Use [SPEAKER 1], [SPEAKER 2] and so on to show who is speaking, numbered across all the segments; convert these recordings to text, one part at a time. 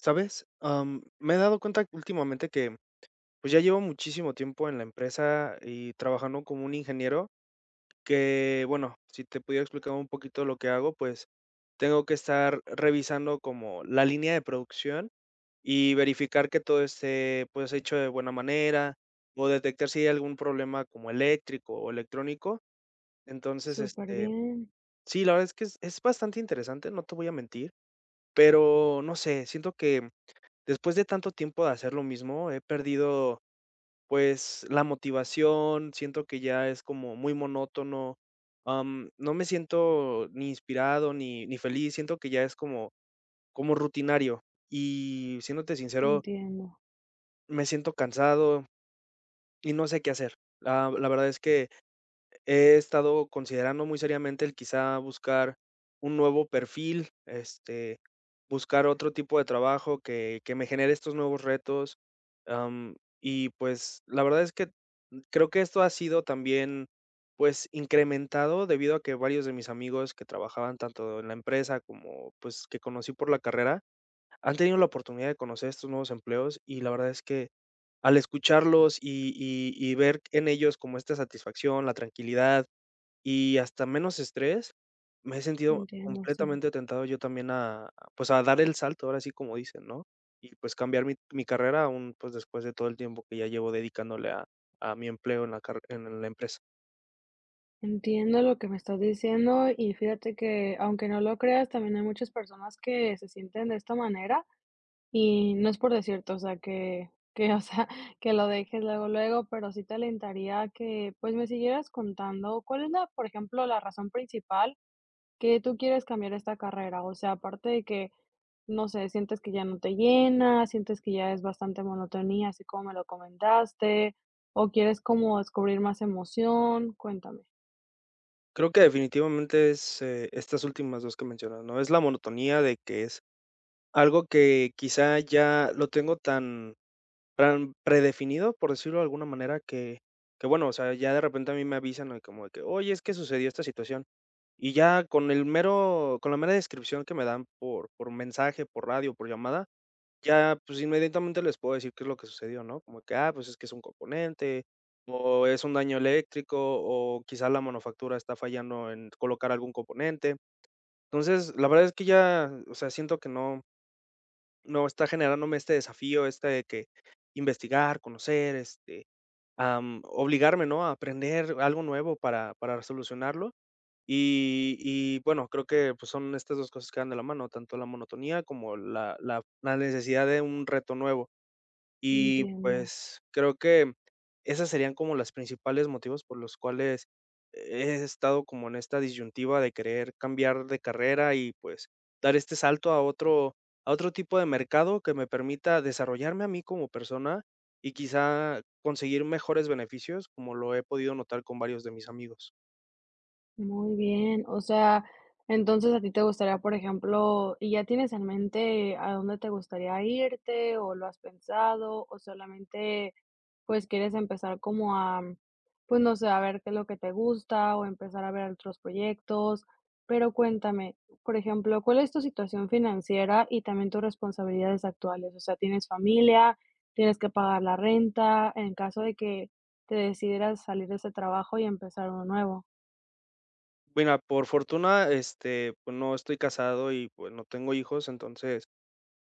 [SPEAKER 1] ¿Sabes? Me he dado cuenta últimamente que, pues, ya llevo muchísimo tiempo en la empresa y trabajando como un ingeniero que, bueno, si te pudiera explicar un poquito lo que hago, pues, tengo que estar revisando como la línea de producción y verificar que todo esté, pues, hecho de buena manera o detectar si hay algún problema como eléctrico o electrónico. Entonces,
[SPEAKER 2] Súper
[SPEAKER 1] este,
[SPEAKER 2] bien,
[SPEAKER 1] sí, la verdad es que es bastante interesante, no te voy a mentir, pero no sé, siento que después de tanto tiempo de hacer lo mismo, he perdido, pues, la motivación, siento que ya es como muy monótono, no me siento ni inspirado ni feliz, siento que ya es como como rutinario y, siéndote sincero,
[SPEAKER 2] entiendo,
[SPEAKER 1] me siento cansado y no sé qué hacer. La verdad es que he estado considerando muy seriamente el quizá buscar un nuevo perfil, este, buscar otro tipo de trabajo que me genere estos nuevos retos, y pues, la verdad es que creo que esto ha sido también, pues, incrementado debido a que varios de mis amigos que trabajaban tanto en la empresa como, pues, que conocí por la carrera, han tenido la oportunidad de conocer estos nuevos empleos, y la verdad es que al escucharlos y ver en ellos como esta satisfacción, la tranquilidad y hasta menos estrés, me he sentido
[SPEAKER 2] entiendo, sí.
[SPEAKER 1] completamente tentado yo también a, pues, a dar el salto, ahora sí como dicen, ¿no? Y pues cambiar mi carrera aún, pues, después de todo el tiempo que ya llevo dedicándole a mi empleo en la carre en la empresa.
[SPEAKER 2] Entiendo lo que me estás diciendo y fíjate que aunque no lo creas, también hay muchas personas que se sienten de esta manera y no es por decirte, o sea, o sea, que lo dejes luego, luego, pero sí te alentaría a que pues me siguieras contando cuál es la, por ejemplo, la razón principal que tú quieres cambiar esta carrera, o sea, aparte de que, no sé, sientes que ya no te llena, sientes que ya es bastante monotonía, así como me lo comentaste, o quieres como descubrir más emoción, cuéntame.
[SPEAKER 1] Creo que definitivamente es, estas últimas 2 que mencionas, ¿no? Es la monotonía de que es algo que quizá ya lo tengo tan tan predefinido, por decirlo de alguna manera, que bueno, o sea, ya de repente a mí me avisan, ¿no? Como de que: "Oye, es que sucedió esta situación". Y ya con el mero con la mera descripción que me dan por mensaje, por radio, por llamada, ya, pues, inmediatamente les puedo decir qué es lo que sucedió, ¿no? Como que, ah, pues, es que es un componente, o es un daño eléctrico, o quizá la manufactura está fallando en colocar algún componente. Entonces, la verdad es que ya, o sea, siento que no está generándome este desafío, este de que investigar, conocer, este, obligarme, ¿no?, a aprender algo nuevo para solucionarlo. Y bueno, creo que, pues, son estas 2 cosas que van de la mano, tanto la monotonía como la necesidad de un reto nuevo. Y,
[SPEAKER 2] Entiendo,
[SPEAKER 1] pues, creo que esas serían como las principales motivos por los cuales he estado como en esta disyuntiva de querer cambiar de carrera y, pues, dar este salto a otro tipo de mercado que me permita desarrollarme a mí como persona y quizá conseguir mejores beneficios, como lo he podido notar con varios de mis amigos.
[SPEAKER 2] muy bien. O sea, entonces a ti te gustaría, por ejemplo, ¿y ya tienes en mente a dónde te gustaría irte o lo has pensado o solamente pues quieres empezar como a, pues no sé, a ver qué es lo que te gusta o empezar a ver otros proyectos? Pero cuéntame, por ejemplo, ¿cuál es tu situación financiera y también tus responsabilidades actuales? O sea, ¿tienes familia? ¿Tienes que pagar la renta? En caso de que te decidieras salir de ese trabajo y empezar uno nuevo.
[SPEAKER 1] Mira, por fortuna, este, pues, no estoy casado y, pues, no tengo hijos, entonces,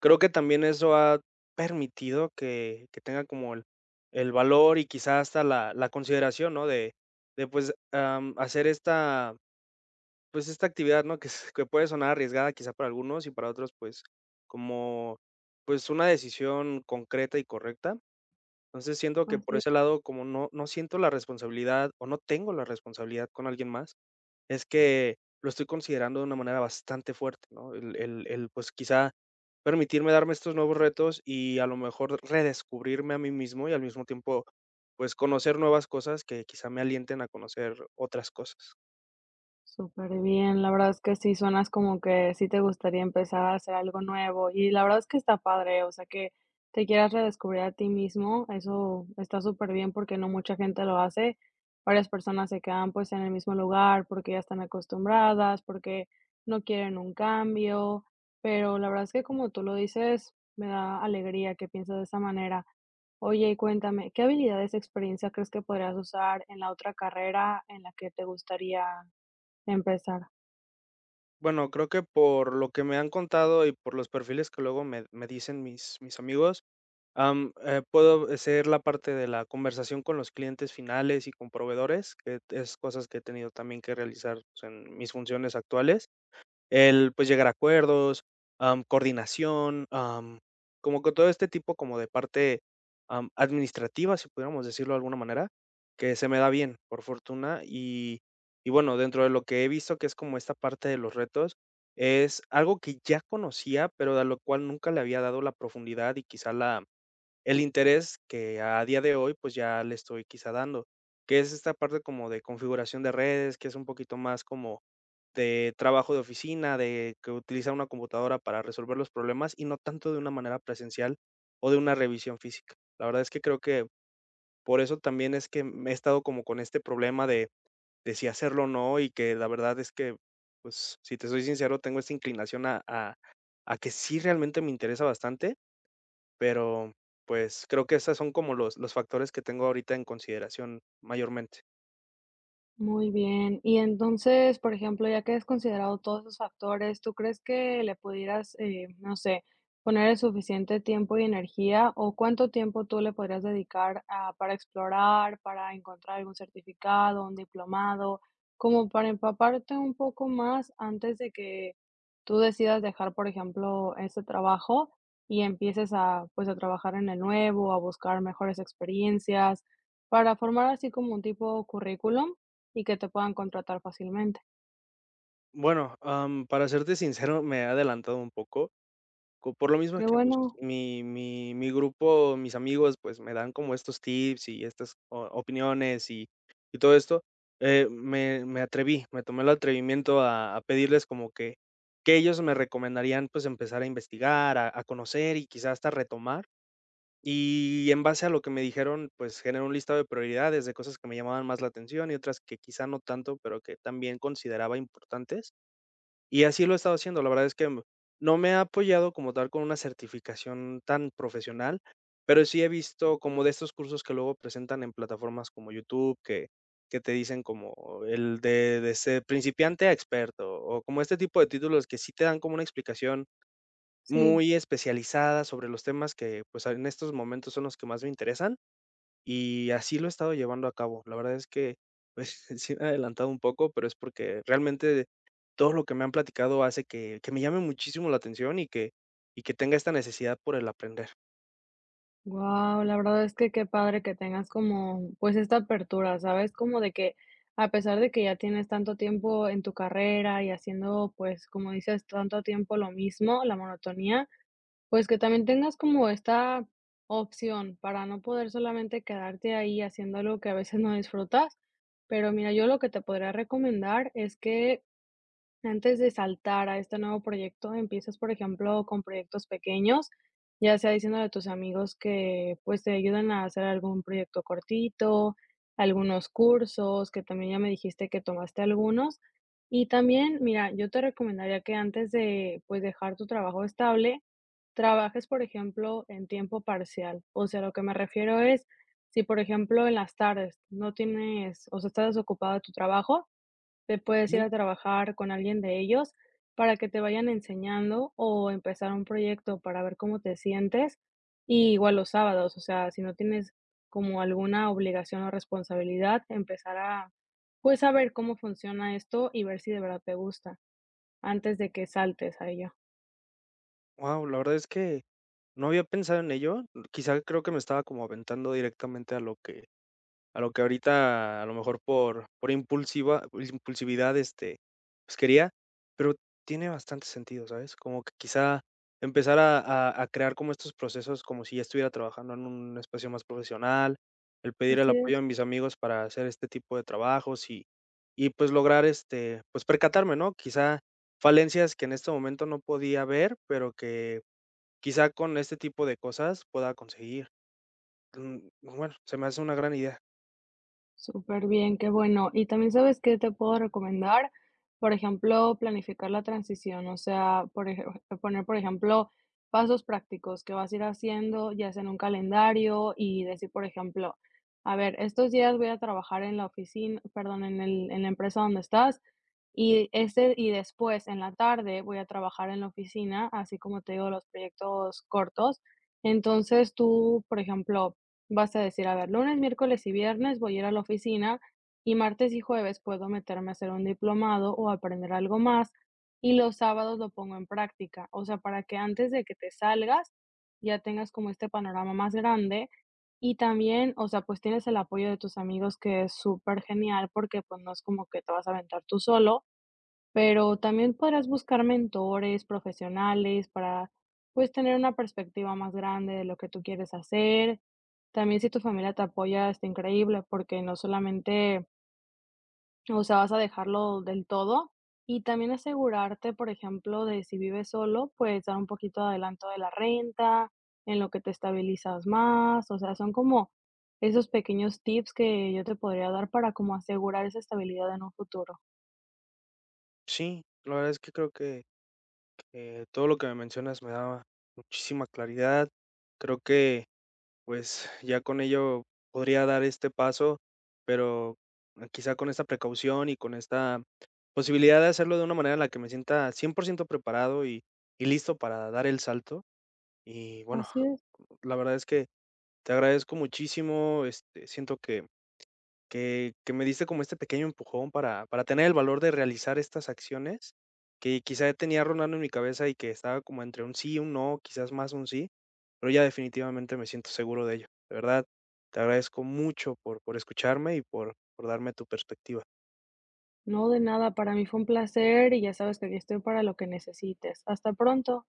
[SPEAKER 1] creo que también eso ha permitido que tenga como el valor y quizás hasta la consideración, ¿no? De, pues, hacer esta, pues, esta actividad, ¿no? Que s que puede sonar arriesgada quizá para algunos y para otros, pues, como, pues, una decisión concreta y correcta. Entonces, siento que por
[SPEAKER 2] Así.
[SPEAKER 1] ese lado, como no siento la responsabilidad o no tengo la responsabilidad con alguien más es que lo estoy considerando de una manera bastante fuerte, ¿no? El, el, pues quizá permitirme darme estos nuevos retos y a lo mejor redescubrirme a mí mismo y al mismo tiempo, pues conocer nuevas cosas que quizá me alienten a conocer otras cosas.
[SPEAKER 2] Súper bien, la verdad es que sí suenas como que sí te gustaría empezar a hacer algo nuevo y la verdad es que está padre, o sea, que te quieras redescubrir a ti mismo, eso está súper bien porque no mucha gente lo hace. Varias personas se quedan, pues, en el mismo lugar porque ya están acostumbradas, porque no quieren un cambio, pero la verdad es que como tú lo dices, me da alegría que pienses de esa manera. Oye, y cuéntame, ¿qué habilidades, experiencia crees que podrías usar en la otra carrera en la que te gustaría empezar?
[SPEAKER 1] Bueno, creo que por lo que me han contado y por los perfiles que luego me dicen mis amigos, puedo ser la parte de la conversación con los clientes finales y con proveedores, que es cosas que he tenido también que realizar pues, en mis funciones actuales. El, pues, llegar a acuerdos, coordinación, como que todo este tipo como de parte, administrativa, si pudiéramos decirlo de alguna manera, que se me da bien, por fortuna. Y bueno, dentro de lo que he visto, que es como esta parte de los retos, es algo que ya conocía, pero de lo cual nunca le había dado la profundidad y quizá la el interés que a día de hoy, pues, ya le estoy quizá dando, que es esta parte como de configuración de redes, que es un poquito más como de trabajo de oficina, de que utiliza una computadora para resolver los problemas y no tanto de una manera presencial o de una revisión física. La verdad es que creo que por eso también es que me he estado como con este problema de si hacerlo o no, y que la verdad es que, pues, si te soy sincero, tengo esta inclinación a que sí realmente me interesa bastante, pero, pues, creo que esas son como los factores que tengo ahorita en consideración mayormente.
[SPEAKER 2] Muy bien. Y entonces, por ejemplo, ya que has considerado todos esos factores, ¿tú crees que le pudieras, no sé, poner el suficiente tiempo y energía? ¿O cuánto tiempo tú le podrías dedicar a, para explorar, para encontrar algún certificado, un diplomado, como para empaparte un poco más antes de que tú decidas dejar, por ejemplo, ese trabajo y empieces a, pues, a trabajar en el nuevo, a buscar mejores experiencias, para formar así como un tipo currículum? Y que te puedan contratar fácilmente.
[SPEAKER 1] Bueno, para serte sincero, me he adelantado un poco, co por lo mismo
[SPEAKER 2] Qué
[SPEAKER 1] que, pues,
[SPEAKER 2] bueno,
[SPEAKER 1] mi grupo, mis amigos, pues, me dan como estos tips y estas o opiniones y todo esto, me atreví, me tomé el atrevimiento a pedirles como que ellos me recomendarían, pues, empezar a investigar, a conocer y quizás hasta retomar. Y en base a lo que me dijeron, pues generé un listado de prioridades, de cosas que me llamaban más la atención y otras que quizá no tanto, pero que también consideraba importantes. Y así lo he estado haciendo. La verdad es que no me ha apoyado como tal con una certificación tan profesional, pero sí he visto como de estos cursos que luego presentan en plataformas como YouTube, que te dicen como el de ser principiante a experto, o como este tipo de títulos que sí te dan como una explicación
[SPEAKER 2] sí.
[SPEAKER 1] muy especializada sobre los temas que, pues, en estos momentos son los que más me interesan, y así lo he estado llevando a cabo. La verdad es que, pues, sí me he adelantado un poco, pero es porque realmente todo lo que me han platicado hace que me llame muchísimo la atención y que tenga esta necesidad por el aprender.
[SPEAKER 2] Wow, la verdad es que qué padre que tengas como, pues, esta apertura, ¿sabes? Como de que, a pesar de que ya tienes tanto tiempo en tu carrera y haciendo, pues, como dices, tanto tiempo lo mismo, la monotonía, pues, que también tengas como esta opción para no poder solamente quedarte ahí haciendo algo que a veces no disfrutas. Pero mira, yo lo que te podría recomendar es que antes de saltar a este nuevo proyecto, empiezas, por ejemplo, con proyectos pequeños, ya sea diciéndole a tus amigos que, pues, te ayuden a hacer algún proyecto cortito, algunos cursos, que también ya me dijiste que tomaste algunos. Y también, mira, yo te recomendaría que antes de, pues, dejar tu trabajo estable, trabajes, por ejemplo, en tiempo parcial. O sea, lo que me refiero es, si, por ejemplo, en las tardes no tienes, o sea, estás desocupado de tu trabajo, te puedes ir
[SPEAKER 1] Wow,
[SPEAKER 2] a trabajar con alguien de ellos para que te vayan enseñando o empezar un proyecto para ver cómo te sientes. Y igual los sábados, o sea, si no tienes como alguna obligación o responsabilidad, empezar a, pues, a ver cómo funciona esto y ver si de verdad te gusta antes de que saltes a ello.
[SPEAKER 1] la verdad es que no había pensado en ello. Quizá creo que me estaba como aventando directamente a lo que a lo que ahorita, a lo mejor por impulsiva impulsividad, este, pues, quería, pero tiene bastante sentido, ¿sabes? Como que quizá empezar a a crear como estos procesos como si ya estuviera trabajando en un espacio más profesional, el pedir el
[SPEAKER 2] Así
[SPEAKER 1] apoyo a
[SPEAKER 2] es.
[SPEAKER 1] mis amigos para hacer este tipo de trabajos y, pues, lograr, este, pues, percatarme, ¿no? Quizá falencias que en este momento no podía ver, pero que quizá con este tipo de cosas pueda conseguir. Mm, bueno, se me hace una gran idea.
[SPEAKER 2] Súper bien, qué bueno. Y también, ¿sabes qué te puedo recomendar? Por ejemplo, planificar la transición, o sea, poner, por ejemplo, pasos prácticos que vas a ir haciendo, ya sea en un calendario y decir, por ejemplo, a ver, estos días voy a trabajar en la oficina, perdón, en en la empresa donde estás y este y después en la tarde voy a trabajar en la oficina, así como te digo, los proyectos cortos. Entonces, tú, por ejemplo, vas a decir, a ver, lunes, miércoles y viernes voy a ir a la oficina y martes y jueves puedo meterme a hacer un diplomado o aprender algo más y los sábados lo pongo en práctica. O sea, para que antes de que te salgas ya tengas como este panorama más grande y también, o sea, pues tienes el apoyo de tus amigos que es súper genial porque pues no es como que te vas a aventar tú solo, pero también podrás buscar mentores profesionales para, pues, tener una perspectiva más grande de lo que tú quieres hacer. También si tu familia te apoya, está increíble, porque no solamente, o sea, vas a dejarlo del todo. Y también asegurarte, por ejemplo, de si vives solo, pues dar un poquito de adelanto de la renta, en lo que te estabilizas más. O sea, son como esos pequeños tips que yo te podría dar para como asegurar esa estabilidad en un futuro.
[SPEAKER 1] Sí, la verdad es que creo que todo lo que me mencionas me daba muchísima claridad. Creo que, pues, ya con ello podría dar este paso, pero quizá con esta precaución y con esta posibilidad de hacerlo de una manera en la que me sienta 100% preparado y listo para dar el salto. Y bueno,
[SPEAKER 2] Así es.
[SPEAKER 1] la verdad es que te agradezco muchísimo, este, siento que que me diste como este pequeño empujón para tener el valor de realizar estas acciones que quizá tenía rondando en mi cabeza y que estaba como entre un sí, y un no, quizás más un sí, pero ya definitivamente me siento seguro de ello. De verdad, te agradezco mucho por escucharme y por darme tu perspectiva.
[SPEAKER 2] No, de nada, para mí fue un placer y ya sabes que aquí estoy para lo que necesites. Hasta pronto.